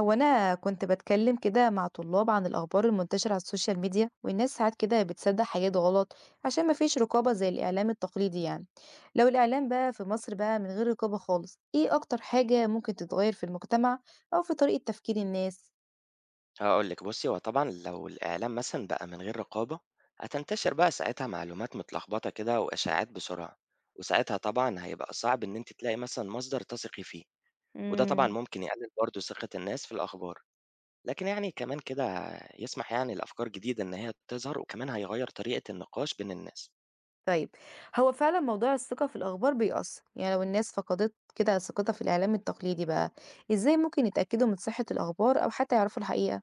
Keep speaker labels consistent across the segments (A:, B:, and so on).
A: هو أنا كنت بتكلم كده مع طلاب عن الأخبار المنتشرة على السوشيال ميديا، والناس ساعات كده بتصدق حاجات غلط عشان مفيش رقابة زي الإعلام التقليدي يعني. لو الإعلام بقى في مصر بقى من غير رقابة خالص، إيه أكتر حاجة ممكن تتغير في المجتمع أو في طريقة تفكير الناس؟
B: هاقول لِك بُصّي، هو طبعًا لو الإعلام مثلًا بقى من غير رقابة، هتنتشر بقى ساعتها معلومات متلخبطة كده وإشاعات بسرعة، وساعتها طبعًا هيبقى صعب إن أنتِ تلاقي مثلًا مصدر تثقي فيه، وده طبعًا
A: مم.
B: ممكن يقلل برضه ثقة الناس في الأخبار، لكن يعني كمان كده يسمح يعني لأفكار جديدة إن هي تظهر، وكمان هيغيّر طريقة النقاش بين الناس.
A: طيب، هو فعلا موضوع الثقة في الأخبار بيأثر، يعني لو الناس فقدت كده ثقتها في الإعلام التقليدي بقى، إزاي ممكن يتأكدوا من صحة الأخبار أو حتى يعرفوا الحقيقة؟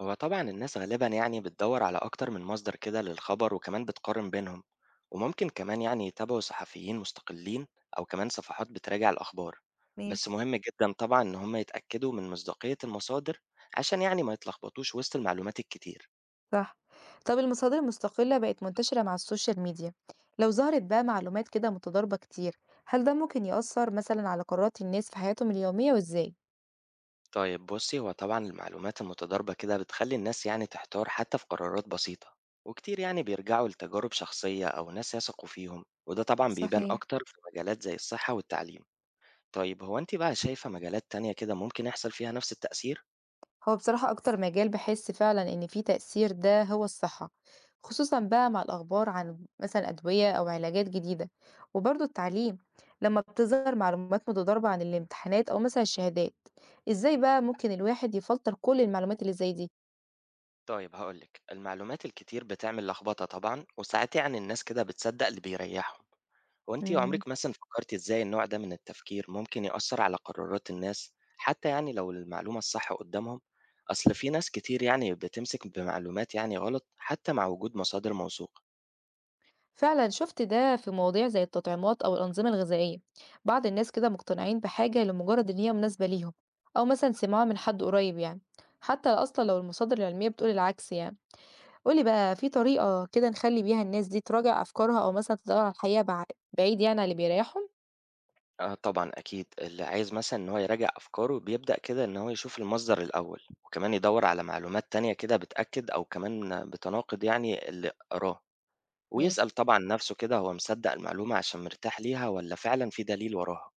B: هو طبعًا الناس غالبًا يعني بتدوّر على أكتر من مصدر كده للخبر وكمان بتقارن بينهم، وممكن كمان يعني يتابعوا صحفيين مستقلين أو كمان صفحات بتراجع الأخبار، بس
A: ماشي.
B: مهم جدًا طبعًا إن هم يتأكدوا من مصداقية المصادر عشان يعني ما يتلخبطوش وسط المعلومات الكتير.
A: صح. طب المصادر المستقلة بقت منتشرة مع السوشيال ميديا، لو ظهرت بقى معلومات كده متضاربة كتير، هل ده ممكن يأثر مثلا على قرارات الناس في حياتهم اليومية وازاي؟
B: طيب بُصّي، هو طبعًا المعلومات المتضاربة كده بتخلّي الناس يعني تحتار حتى في قرارات بسيطة، وكتير يعني بيرجعوا لتجارب شخصية أو ناس يثقوا فيهم، وده طبعًا بيبان
A: صحيح.
B: أكتر في مجالات زي الصحة والتعليم. طيب هو أنتِ بقى شايفة مجالات تانية كده ممكن يحصل فيها نفس التأثير؟
A: هو بصراحة أكتر مجال بحس فعلا إن فيه تأثير ده هو الصحة، خصوصا بقى مع الأخبار عن مثلا أدوية أو علاجات جديدة، وبرضه التعليم لما بتظهر معلومات متضاربة عن الامتحانات أو مثلا الشهادات. إزاي بقى ممكن الواحد يفلتر كل المعلومات اللي زي
B: طيب هاقول لِك، المعلومات الكتير بتعمل لخبطة طبعًا، وساعات يعني الناس كده بتصدق اللي بيريحهم. هو أنتِ
A: دي؟
B: عمرِك مثلًا فكرتِ إزاي النوع ده من التفكير ممكن يأثر على قرارات الناس، حتى يعني لو المعلومة الصح قدامهم؟ أصل في ناس كتير يعني بتمسك بمعلومات يعني غلط حتى مع وجود مصادر موثوقة.
A: فعلا شفت ده في مواضيع زي التطعيمات أو الأنظمة الغذائية، بعض الناس كده مقتنعين بحاجة لمجرد إن هي مناسبة ليهم، أو مثلا سمعوها من حد قريب يعني، حتى أصلا لو المصادر العلمية بتقول العكس يعني. قولي بقى في طريقة كده نخلي بيها الناس دي تراجع أفكارها أو مثلا تدور على الحقيقة بعيد يعني عن اللي بيريحهم.
B: آه طبعًا أكيد، اللي عايز مثلًا إن هو يراجع أفكاره بيبدأ كده إن هو يشوف المصدر الأول، وكمان يدوّر على معلومات تانية كده بتأكد أو كمان بتناقض يعني اللي قراه،
A: ماشي.
B: ويسأل طبعًا نفسه كده هو مصدق المعلومة عشان مرتاح ليها والّا فعلًا في دليل وراها.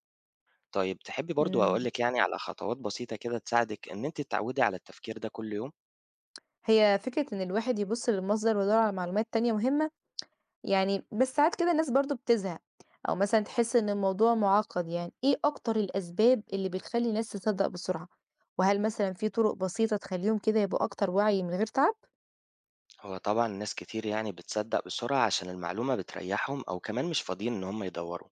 B: طيب تحبي برضه
A: مم.
B: أقول لِك يعني على خطوات بسيطة كده تساعدِك إن أنتِ تتعودي على التفكير ده كل يوم؟
A: هي فكرة إن الواحد يبص للمصدر ويدور على معلومات تانية مهمة، يعني بس ساعات كده الناس برضه بتزهق أو مثلًا تحس إن الموضوع معقّد يعني، إيه أكتر الأسباب اللي بتخلّي الناس تصدّق بسرعة؟ وهل مثلًا في طرق بسيطة تخلّيهم كده يبقوا أكتر وعي من غير تعب؟
B: هو طبعًا ناس كتير يعني بتصدق بسرعة عشان المعلومة بتريحهم أو كمان مش فاضيين إن هم يدوّروا،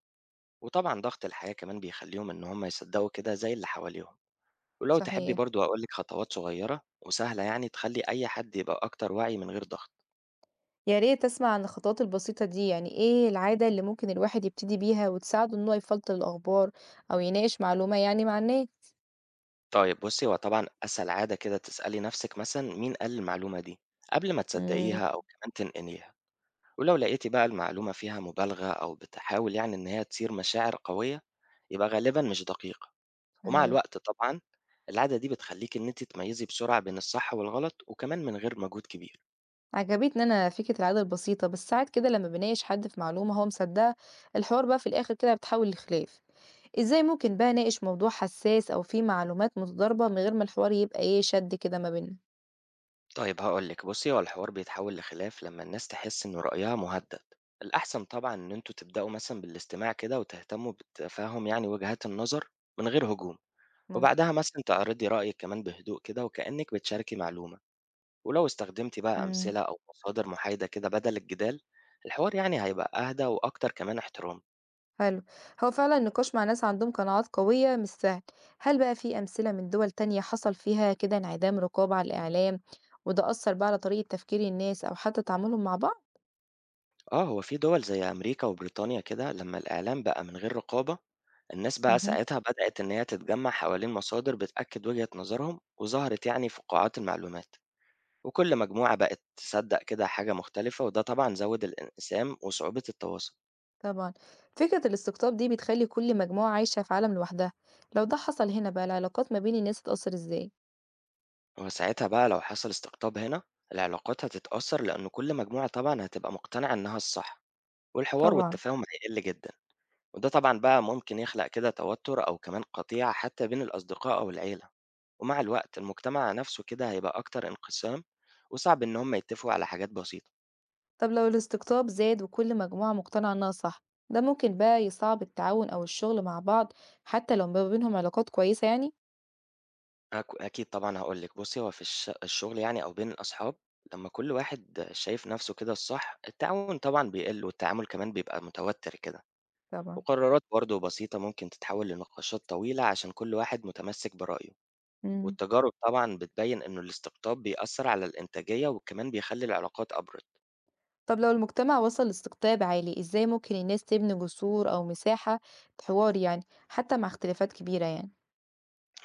B: وطبعًا ضغط الحياة كمان بيخليهم إن هم يصدقوا كده زي اللي حواليهم. ولو تحبي
A: صحيح،
B: برضو أقول لِك خطوات صغيرة وسهلة يعني تخلّي أي حد يبقى أكتر وعي من غير ضغط.
A: يا ريت أسمع عن الخطوات البسيطة دي، يعني إيه العادة اللي ممكن الواحد يبتدي بيها وتساعده إن هو يفلتر الأخبار أو يناقش معلومة يعني مع الناس؟
B: طيب بُصّي، هو طبعًا أسهل عادة كده تسألي نفسِك مثلًا مين قال المعلومة دي، قبل ما
A: إمم.
B: تصدقيها أو كمان تنقليها. ولو لقيتِ بقى المعلومة فيها مبالغة أو بتحاول يعني إن هي تثير مشاعر قوية، يبقى غالبًا مش دقيقة. ومع
A: صحيح.
B: الوقت طبعًا العادة دي بتخلّيكِ إن أنتِ تميّزي بسرعة بين الصح والغلط وكمان من غير مجهود كبير.
A: عجبتني أنا فكرة العادة البسيطة، بس ساعات كده لما بناقش حد في معلومة هو مصدقها، الحوار بقى في الآخر كده بتحول لخلاف. ازاي ممكن بقى ناقش موضوع حساس أو فيه معلومات متضاربة من غير ما الحوار يبقى ايه شد كده ما بيننا؟
B: طيب هاقول لِك، بُصّي، هو الحوار بيتحول لخلاف لمّا الناس تحس إن رأيها مهدد، الأحسن طبعًا إن أنتم تبدأوا مثلًا بالاستماع كده وتهتموا بتفاهم يعني وجهات النظر من غير هجوم،
A: ممكن.
B: وبعدها مثلًا تعرضي رأيِك كمان بهدوء كده وكأنِك بتشاركي معلومة، ولو استخدمتِ بقى
A: امم.
B: أمثلة أو مصادر محايدة كده بدل الجدال، الحوار يعني هيبقى أهدى وأكتر كمان احترام.
A: حلو. هو فعلا النقاش مع ناس عندهم قناعات قوية مش سهل، هل بقى في أمثلة من دول تانية حصل فيها كده انعدام رقابة على الإعلام وده أثر بقى على طريقة تفكير الناس أو حتى تعاملهم مع بعض؟
B: آه، هو في دول زي أمريكا وبريطانيا كده لمّا الإعلام بقى من غير رقابة، الناس بقى ساعتها بدأت إن هي تتجمع حوالين مصادر بتأكد وجهة نظرهم، وظهرت يعني فقاعات المعلومات، وكل مجموعة بقت تصدق كده حاجة مختلفة، وده طبعا زود الانقسام وصعوبة التواصل.
A: طبعًا. فكرة الاستقطاب دي بتخلّي كل مجموعة عايشة في عالم لوحدها، لو ده حصل هنا بقى العلاقات ما بين الناس اتأثر إزاي؟
B: وساعتها بقى لو حصل استقطاب هنا، العلاقات هتتأثر لأن كل مجموعة طبعا هتبقى مقتنعة إنها الصح، والحوار
A: طبعًا.
B: والتفاهم هيقل جدا، وده طبعا بقى ممكن يخلق كده توتر أو كمان قطيعة حتى بين الأصدقاء أو العيلة، ومع الوقت المجتمع نفسه كده هيبقى أكتر انقسام، وصعب إن هم يتفقوا على حاجات بسيطة.
A: طب لو الاستقطاب زاد وكل مجموعة مقتنعة إنها صح، ده ممكن بقى يصعب التعاون أو الشغل مع بعض حتى لو ما بينهم علاقات كويسة يعني؟
B: أكيد طبعًا هاقول لِك، بُصّي هو في الشغل يعني أو بين الأصحاب لمّا كل واحد شايف نَفْسه كده الصح، التعاون طبعًا بيقِل والتعامل كمان بيبقى متوتر كده،
A: طبعًا.
B: وقرارات برضه بسيطة ممكن تتحول لنقاشات طويلة عشان كل واحد متمسك برأيه،
A: إمم.
B: والتجارب طبعًا بتبيّن إنه الاستقطاب بيأثّر على الإنتاجية وكمان بيخلّي العلاقات أبرِد.
A: طب لو المجتمع وصل لاستقطاب عالي، إزاي ممكن الناس تبني جسور أو مساحة حوار يعني، حتى مع اختلافات كبيرة يعني؟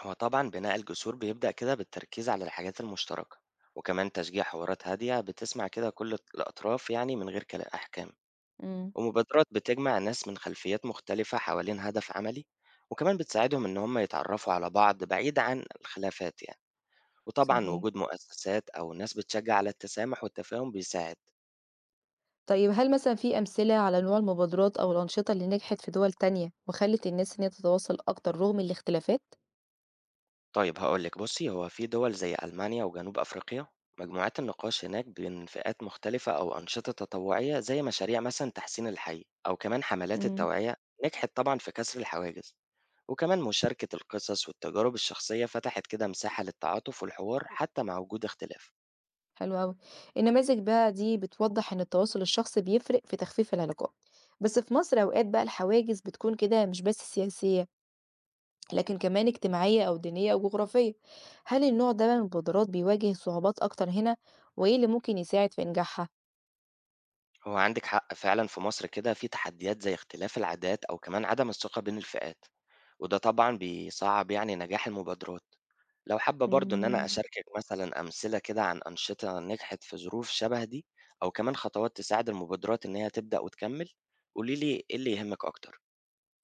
B: هو طبعًا بناء الجسور بيبدأ كده بالتركيز على الحاجات المشتركة، وكمان تشجيع حوارات هادية بتسمع كده كل الأطراف يعني من غير أحكام.
A: إمم.
B: ومبادرات بتجمع ناس من خلفيات مختلفة حوالين هدف عملي، وكمان بتساعدهم إن هم يتعرفوا على بعض بعيد عن الخلافات يعني، وطبعا
A: صحيح.
B: وجود مؤسسات أو ناس بتشجع على التسامح والتفاهم بيساعد.
A: طيب هل مثلًا في أمثلة على نوع المبادرات أو الأنشطة اللي نجحت في دول تانية وخلّت الناس إن هي تتواصل أكتر رغم الاختلافات؟
B: طيب هاقول لِك بُصّي، هو في دول زي ألمانيا وجنوب أفريقيا، مجموعات النقاش هناك بين فئات مختلفة أو أنشطة تطوعية زي مشاريع مثلًا تحسين الحي أو كمان حملات
A: إمم.
B: التوعية نجحت طبعًا في كسر الحواجز، وكمان مشاركة القصص والتجارب الشخصية فتحت كده مساحة للتعاطف والحوار حتى مع وجود اختلاف.
A: حلو أوي. النماذج بقى دي بتوضّح إن التواصل الشخصي بيفرق في تخفيف العلاقات، بس في مصر أوقات بقى الحواجز بتكون كده مش بس سياسية، لكن كمان اجتماعية أو دينية أو جغرافية. هل النوع ده من المبادرات بيواجه صعوبات أكتر هنا، وإيه اللي ممكن يساعد في إنجاحها؟
B: هو عندِك حق فعلًا في مصر كده في تحديات زي اختلاف العادات أو كمان عدم الثقة بين الفئات، وده طبعًا بيصعّب يعني نجاح المبادرات. لو حابة برضه إن أنا
A: إمم.
B: أشاركِك مثلًا أمثلة كده عن أنشطة نجحت في ظروف شبه دي، أو كمان خطوات تساعد المبادرات إن هي تبدأ وتكمّل، قولي لي إيه اللي يهمِك أكتر؟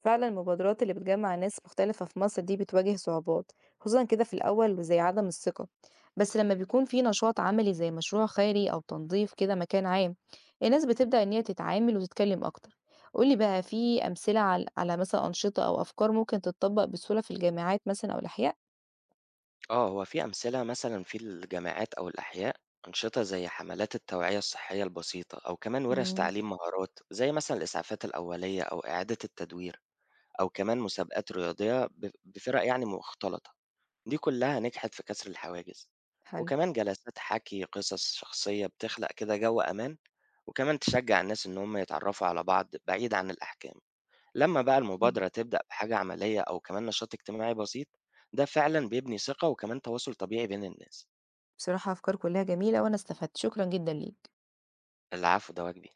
A: فعلا المبادرات اللي بتجمع ناس مختلفة في مصر دي بتواجه صعوبات، خصوصا كده في الأول وزي عدم الثقة، بس لما بيكون في نشاط عملي زي مشروع خيري أو تنظيف كده مكان عام، الناس بتبدأ إن هي تتعامل وتتكلم أكتر. قولي بقى في أمثلة على مثلا أنشطة أو أفكار ممكن تتطبق بسهولة في الجامعات مثلا أو الأحياء؟
B: آه، هو في أمثلة مثلًا في الجامعات أو الأحياء، أنشطة زي حملات التوعية الصحية البسيطة، أو كمان وِرَش
A: مم.
B: تعليم مهارات زي مثلًا الإسعافات الأولية أو إعادة التدوير. أو كمان مسابقات رياضية بفِرَق يعني مختلطة، دي كلّها نجحت في كسر الحواجز،
A: حلو.
B: وكمان جلسات حَكي قصص شخصية بتخلق كده جَو أمان، وكمان تشجّع الناس إن هُم يتعرّفوا على بعض بعيد عن الأحكام، لمّا بقى
A: حلو
B: المبادرة تبدأ بحاجة عملية أو كمان نشاط اجتماعي بسيط، ده فعلًا بيبني ثقة وكمان تواصل طبيعي بين الناس.
A: بصراحة، أفكار كلها جميلة وأنا استفدت، شكرا جدا ليك.
B: العفو، ده واجبي.